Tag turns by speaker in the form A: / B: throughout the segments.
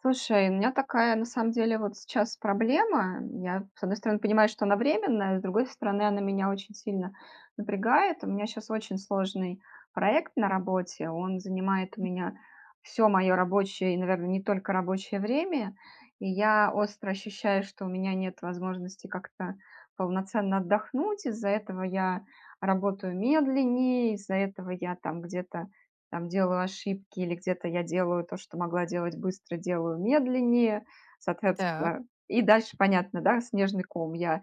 A: Слушай, у меня такая, на самом деле, вот сейчас проблема. Я, с одной стороны, понимаю, что она временная, с другой стороны, она меня очень сильно напрягает. У меня сейчас очень сложный проект на работе. Он занимает у меня все мое рабочее и, наверное, не только рабочее время. И я остро ощущаю, что у меня нет возможности как-то полноценно отдохнуть. Из-за этого я работаю медленнее, из-за этого я там где-то там делаю ошибки или где-то я делаю то, что могла делать быстро, делаю медленнее,
B: Так.
A: соответственно. И дальше понятно, да, снежный ком. Я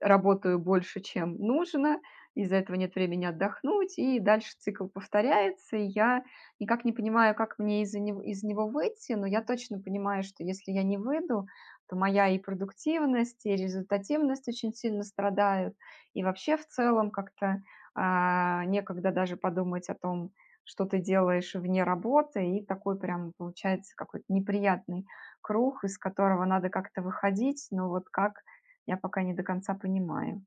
A: работаю больше, чем нужно, из-за этого нет времени отдохнуть, и дальше цикл повторяется, и я никак не понимаю, как мне из-за него, из него выйти, но я точно понимаю, что если я не выйду, то моя и продуктивность, и результативность очень сильно страдают, и вообще в целом как-то некогда даже подумать о том, что ты делаешь вне работы, и такой прям получается какой-то неприятный круг, из которого надо как-то выходить, но вот как, я пока не до конца понимаю.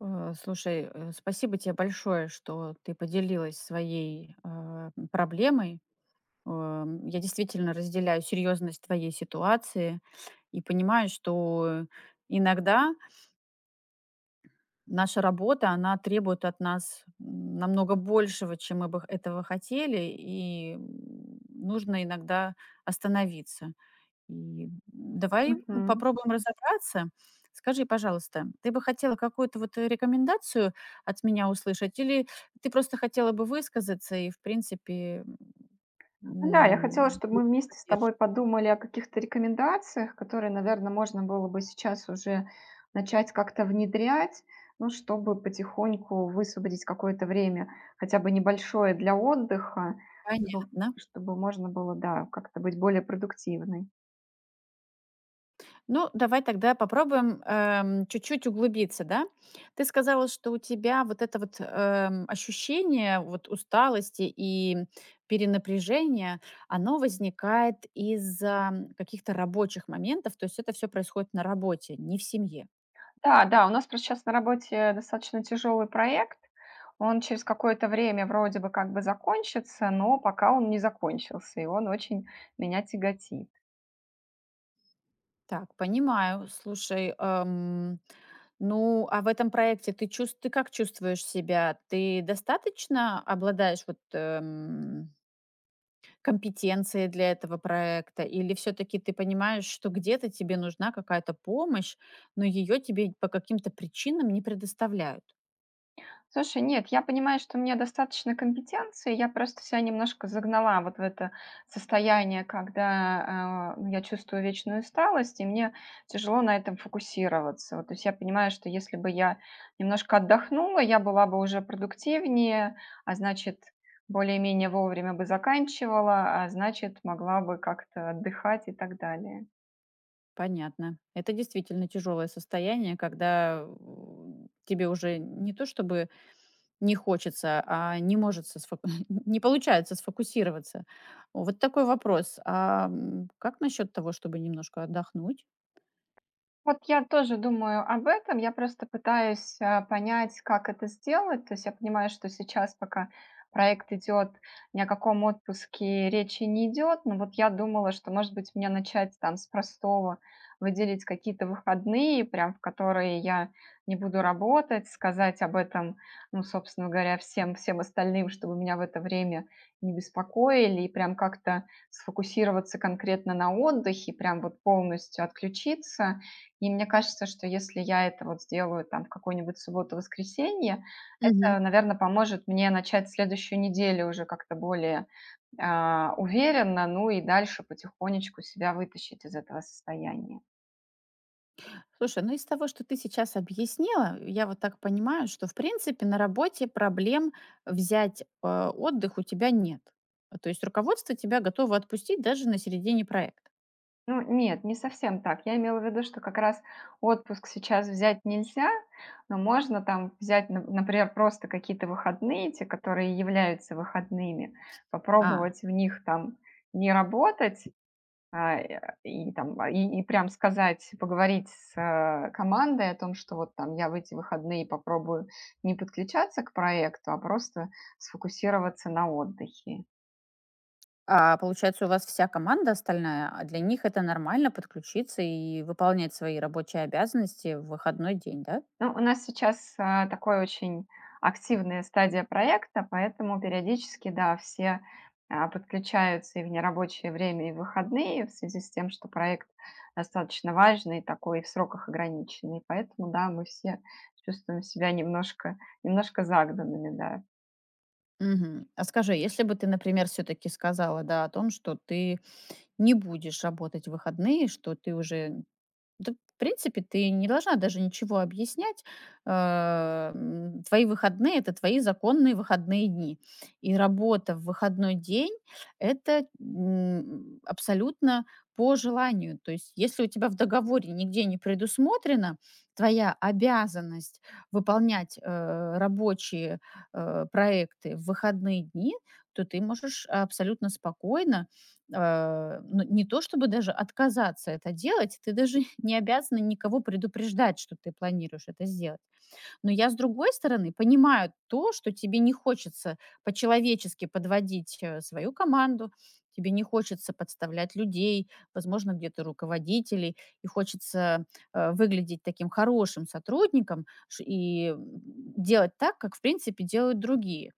B: Слушай, спасибо тебе большое, что ты поделилась своей проблемой. Я действительно разделяю серьезность твоей ситуации и понимаю, что иногда наша работа, она требует от нас намного большего, чем мы бы этого хотели, и нужно иногда остановиться. И давай
A: Мгм.
B: попробуем разобраться. Скажи, пожалуйста, ты бы хотела какую-то вот рекомендацию от меня услышать или ты просто хотела бы высказаться и, в принципе,
A: Ну да, я хотела, чтобы мы
B: получить
A: вместе с
B: поддержку?
A: тобой подумали о каких-то рекомендациях, которые, наверное, можно было бы сейчас уже начать как-то внедрять, ну, чтобы потихоньку высвободить какое-то время, хотя бы небольшое для отдыха, чтобы,
B: Понятно.
A: чтобы можно было, да, как-то быть более продуктивной.
B: Ну, давай тогда попробуем, чуть-чуть углубиться, да. Ты сказала, что у тебя вот это вот, ощущение вот усталости и перенапряжения, оно возникает из-за каких-то рабочих моментов, то есть это все происходит на работе, не в семье.
A: Да, да, у нас просто сейчас на работе достаточно тяжелый проект. Он через какое-то время вроде бы как бы закончится, но пока он не закончился, и он очень меня тяготит.
B: Так, понимаю. Слушай, ну, а в этом проекте ты как чувствуешь себя? Ты достаточно обладаешь вот, компетенции для этого проекта? Или все таки ты понимаешь, что где-то тебе нужна какая-то помощь, но ее тебе по каким-то причинам не предоставляют?
A: Слушай, нет, я понимаю, что у меня достаточно компетенции, я просто себя немножко загнала вот в это состояние, когда ну, я чувствую вечную усталость, и мне тяжело на этом фокусироваться. Вот, то есть я понимаю, что если бы я немножко отдохнула, я была бы уже продуктивнее, а значит, более-менее вовремя бы заканчивала, а значит, могла бы как-то отдыхать и так далее.
B: Понятно. Это действительно тяжелое состояние, когда, тебе уже не то чтобы не хочется, а не может сосфо не получается сфокусироваться. Вот такой вопрос. Как насчет того, чтобы немножко отдохнуть?
A: Вот я тоже думаю об этом. Я просто пытаюсь, понять, как это сделать. То есть я понимаю, что сейчас, пока проект идет, ни о каком отпуске речи не идет. Но вот я думала, что, может быть, мне начать там с простого, выделить какие-то выходные, прям в которые я не буду работать, сказать об этом, ну, собственно говоря, всем остальным, чтобы меня в это время не беспокоили, и прям как-то сфокусироваться конкретно на отдыхе, прям вот полностью отключиться и мне кажется, что если я это вот сделаю там в какую-нибудь субботу-воскресенье, это,
B: Мгм.
A: наверное, поможет мне начать следующую неделю уже как-то более, уверенно, ну и дальше потихонечку себя вытащить из этого состояния.
B: Слушай, ну из того, что ты сейчас объяснила, я вот так понимаю, что в принципе на работе проблем взять отдых у тебя нет. То есть руководство тебя готово отпустить даже на середине проекта.
A: Ну, нет, не совсем так. Я имела в виду, что как раз отпуск сейчас взять нельзя, но можно там взять, например, просто какие-то выходные, те, которые являются выходными,
B: А,
A: попробовать в них там не работать, и там, и прям сказать, поговорить с, командой о том, что вот там я в эти выходные попробую не подключаться к проекту, а просто сфокусироваться на отдыхе.
B: а получается, у вас вся команда остальная, а для них это нормально подключиться и выполнять свои рабочие обязанности в выходной день, да?
A: Ну, у нас сейчас такой очень активная стадия проекта, поэтому периодически, да, все подключаются и в нерабочее время, и в выходные, в связи с тем, что проект достаточно важный, такой и в сроках ограниченный. Поэтому, да, мы все чувствуем себя немножко загнанными, да.
B: Мгм. А скажи, если бы ты, например, все-таки сказала, да, о том, что ты не будешь работать в выходные, что ты уже Да, в принципе, ты не должна даже ничего объяснять. Твои выходные — это твои законные выходные дни. И работа в выходной день — это, абсолютно по желанию. То есть если у тебя в договоре нигде не предусмотрено твоя обязанность выполнять, рабочие, проекты в выходные дни, то ты можешь абсолютно спокойно, ну, не то чтобы даже отказаться это делать, ты даже не обязана никого предупреждать, что ты планируешь это сделать. Но я, с другой стороны, понимаю то, что тебе не хочется по-человечески подводить свою команду, тебе не хочется подставлять людей, возможно, где-то руководителей, и хочется выглядеть таким хорошим сотрудником делать так, как, в принципе, делают другие.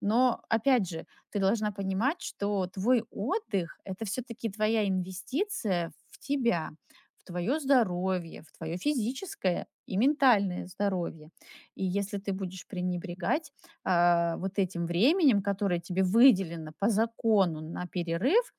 B: Но опять же, ты должна понимать, что твой отдых — это все таки твоя инвестиция в тебя, в твое здоровье, в твое физическое и ментальное здоровье. И если ты будешь пренебрегать, вот этим временем, которое тебе выделено по закону на перерыв,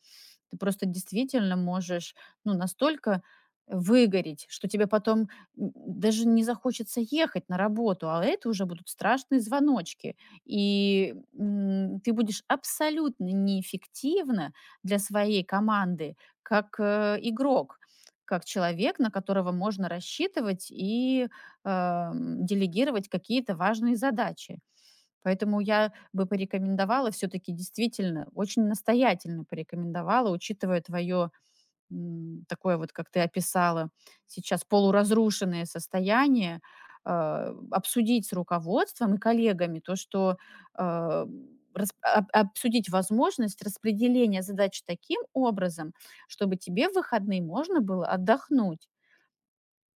B: ты просто действительно можешь, ну, настолько выгореть, что тебе потом н даже не захочется ехать на работу, а это уже будут страшные звоночки. И, ты будешь абсолютно неэффективна для своей команды как, игрок, как человек, на которого можно рассчитывать и, делегировать какие-то важные задачи. Поэтому я бы порекомендовала все таки действительно, очень настоятельно порекомендовала, учитывая твоё, такое вот, как ты описала сейчас, полуразрушенное состояние, обсудить с руководством и коллегами то, что, а, рас об обсудить возможность распределения задач таким образом, чтобы тебе в выходные можно было отдохнуть.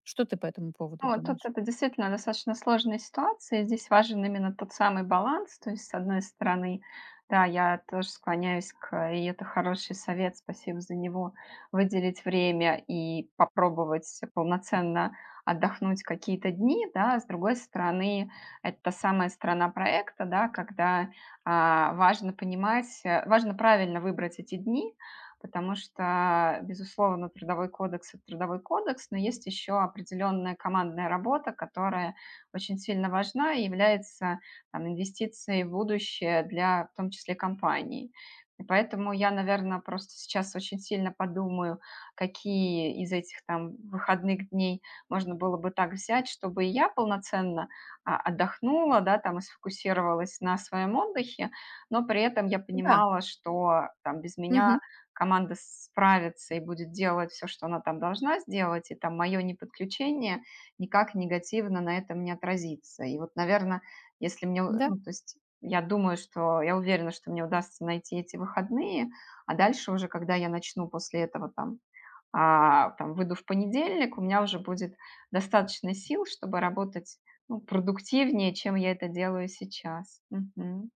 B: Что ты по этому поводу
A: Ну, вот тут
B: думаешь?
A: это действительно достаточно сложная ситуация. Здесь важен именно тот самый баланс. То есть, с одной стороны, да, я тоже склоняюсь к, и это хороший совет, спасибо за него, выделить время и попробовать полноценно отдохнуть какие-то дни, да. С другой стороны, это та самая сторона проекта, да, когда важно понимать, важно правильно выбрать эти дни, потому что, безусловно, трудовой кодекс – это трудовой кодекс, но есть еще определенная командная работа, которая очень сильно важна и является там, инвестицией в будущее для, в том числе, компании. И поэтому я, наверное, просто сейчас очень сильно подумаю, какие из этих там выходных дней можно было бы так взять, чтобы и я полноценно отдохнула, да, там и сфокусировалась на своем отдыхе, но при этом я
B: Да.
A: понимала, что там без
B: Мгм.
A: меня команда справится и будет делать все, что она там должна сделать, и там мое неподключение никак негативно на этом не отразится. И вот, наверное, если мне,
B: Да.
A: ну, то есть я думаю, что, я уверена, что мне удастся найти эти выходные, а дальше уже, когда я начну после этого там, там выйду в понедельник, у меня уже будет достаточно сил, чтобы работать ну, продуктивнее, чем я это делаю сейчас. Мгм.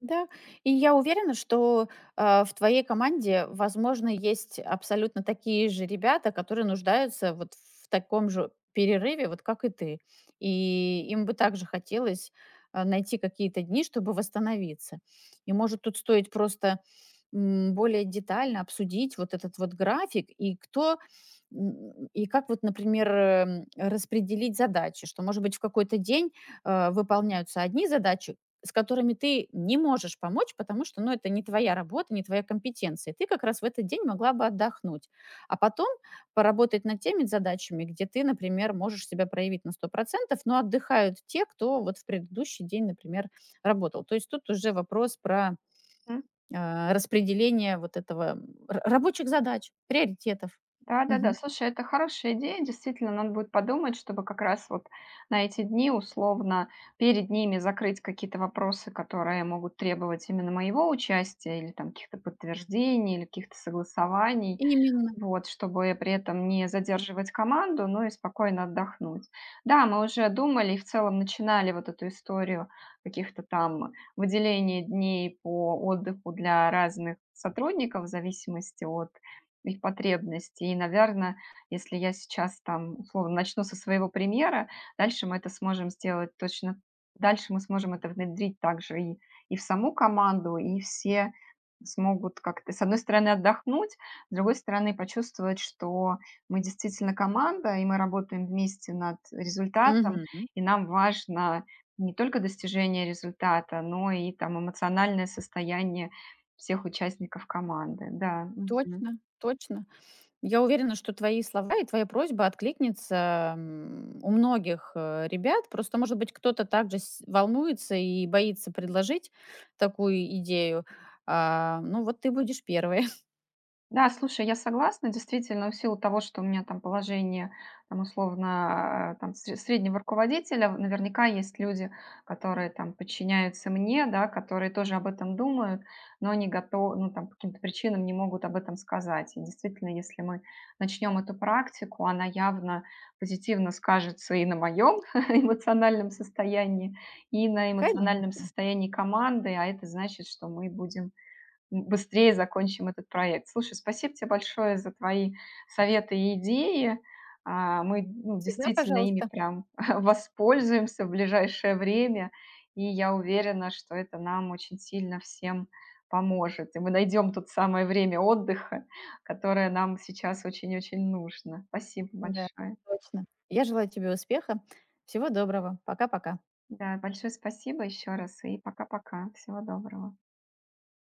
B: Да, и я уверена, что, в твоей команде, возможно, есть абсолютно такие же ребята, которые нуждаются вот в таком же перерыве, вот как и ты. И им бы также хотелось, найти какие-то дни, чтобы восстановиться. И, может, тут стоит просто, более детально обсудить вот этот вот график и кто, и как вот, например, распределить задачи, что, может быть, в какой-то день, выполняются одни задачи, с которыми ты не можешь помочь, потому что, ну, это не твоя работа, не твоя компетенция. Ты как раз в этот день могла бы отдохнуть, а потом поработать над теми задачами, где ты, например, можешь себя проявить на 100%. Но отдыхают те, кто вот в предыдущий день, например, работал. То есть тут уже вопрос про, распределение вот этого, рабочих задач, приоритетов.
A: Да-да-да,
B: Мгм.
A: слушай, это хорошая идея. Действительно, надо будет подумать, чтобы как раз вот на эти дни условно перед ними закрыть какие-то вопросы, которые могут требовать именно моего участия или там каких-то подтверждений или каких-то согласований.
B: Именно.
A: Вот, чтобы при этом не задерживать команду, но и спокойно отдохнуть. Да, мы уже думали и в целом начинали вот эту историю каких-то там выделения дней по отдыху для разных сотрудников в зависимости от их потребности. И, наверное, если я сейчас там, условно, начну со своего примера, дальше мы это сможем сделать точно, дальше мы сможем это внедрить также и в саму команду, и все смогут как-то, с одной стороны, отдохнуть, с другой стороны, почувствовать, что мы действительно команда, и мы работаем вместе над результатом,
B: Мгм.
A: и нам важно не только достижение результата, но и там эмоциональное состояние всех участников команды. Да. Мгм.
B: Точно, точно. Я уверена, что твои слова и твоя просьба откликнется, у многих, ребят. Просто, может быть, кто-то также с волнуется и боится предложить такую идею. А, ну, вот ты будешь первой.
A: Да, слушай, я согласна. Действительно, в силу того, что у меня там положение, там, условно, там, среднего руководителя, наверняка есть люди, которые там подчиняются мне, да, которые тоже об этом думают, но не готовы, ну, там, по каким-то причинам не могут об этом сказать. И действительно, если мы начнем эту практику, она явно позитивно скажется и на моем эмоциональном состоянии, и на эмоциональном
B: Конечно.
A: состоянии команды, а это значит, что мы будем быстрее закончим этот проект. Слушай, спасибо тебе большое за твои советы и идеи. Мы ну,
B: Всегда
A: действительно ими
B: пожалуйста.
A: прям воспользуемся в ближайшее время, и я уверена, что это нам очень сильно всем поможет. И мы найдем тут самое время отдыха, которое нам сейчас очень-очень нужно. Спасибо
B: Да,
A: большое.
B: точно. Я желаю тебе успеха. Всего доброго. Пока-пока.
A: Да, большое спасибо еще раз и пока-пока. Всего доброго.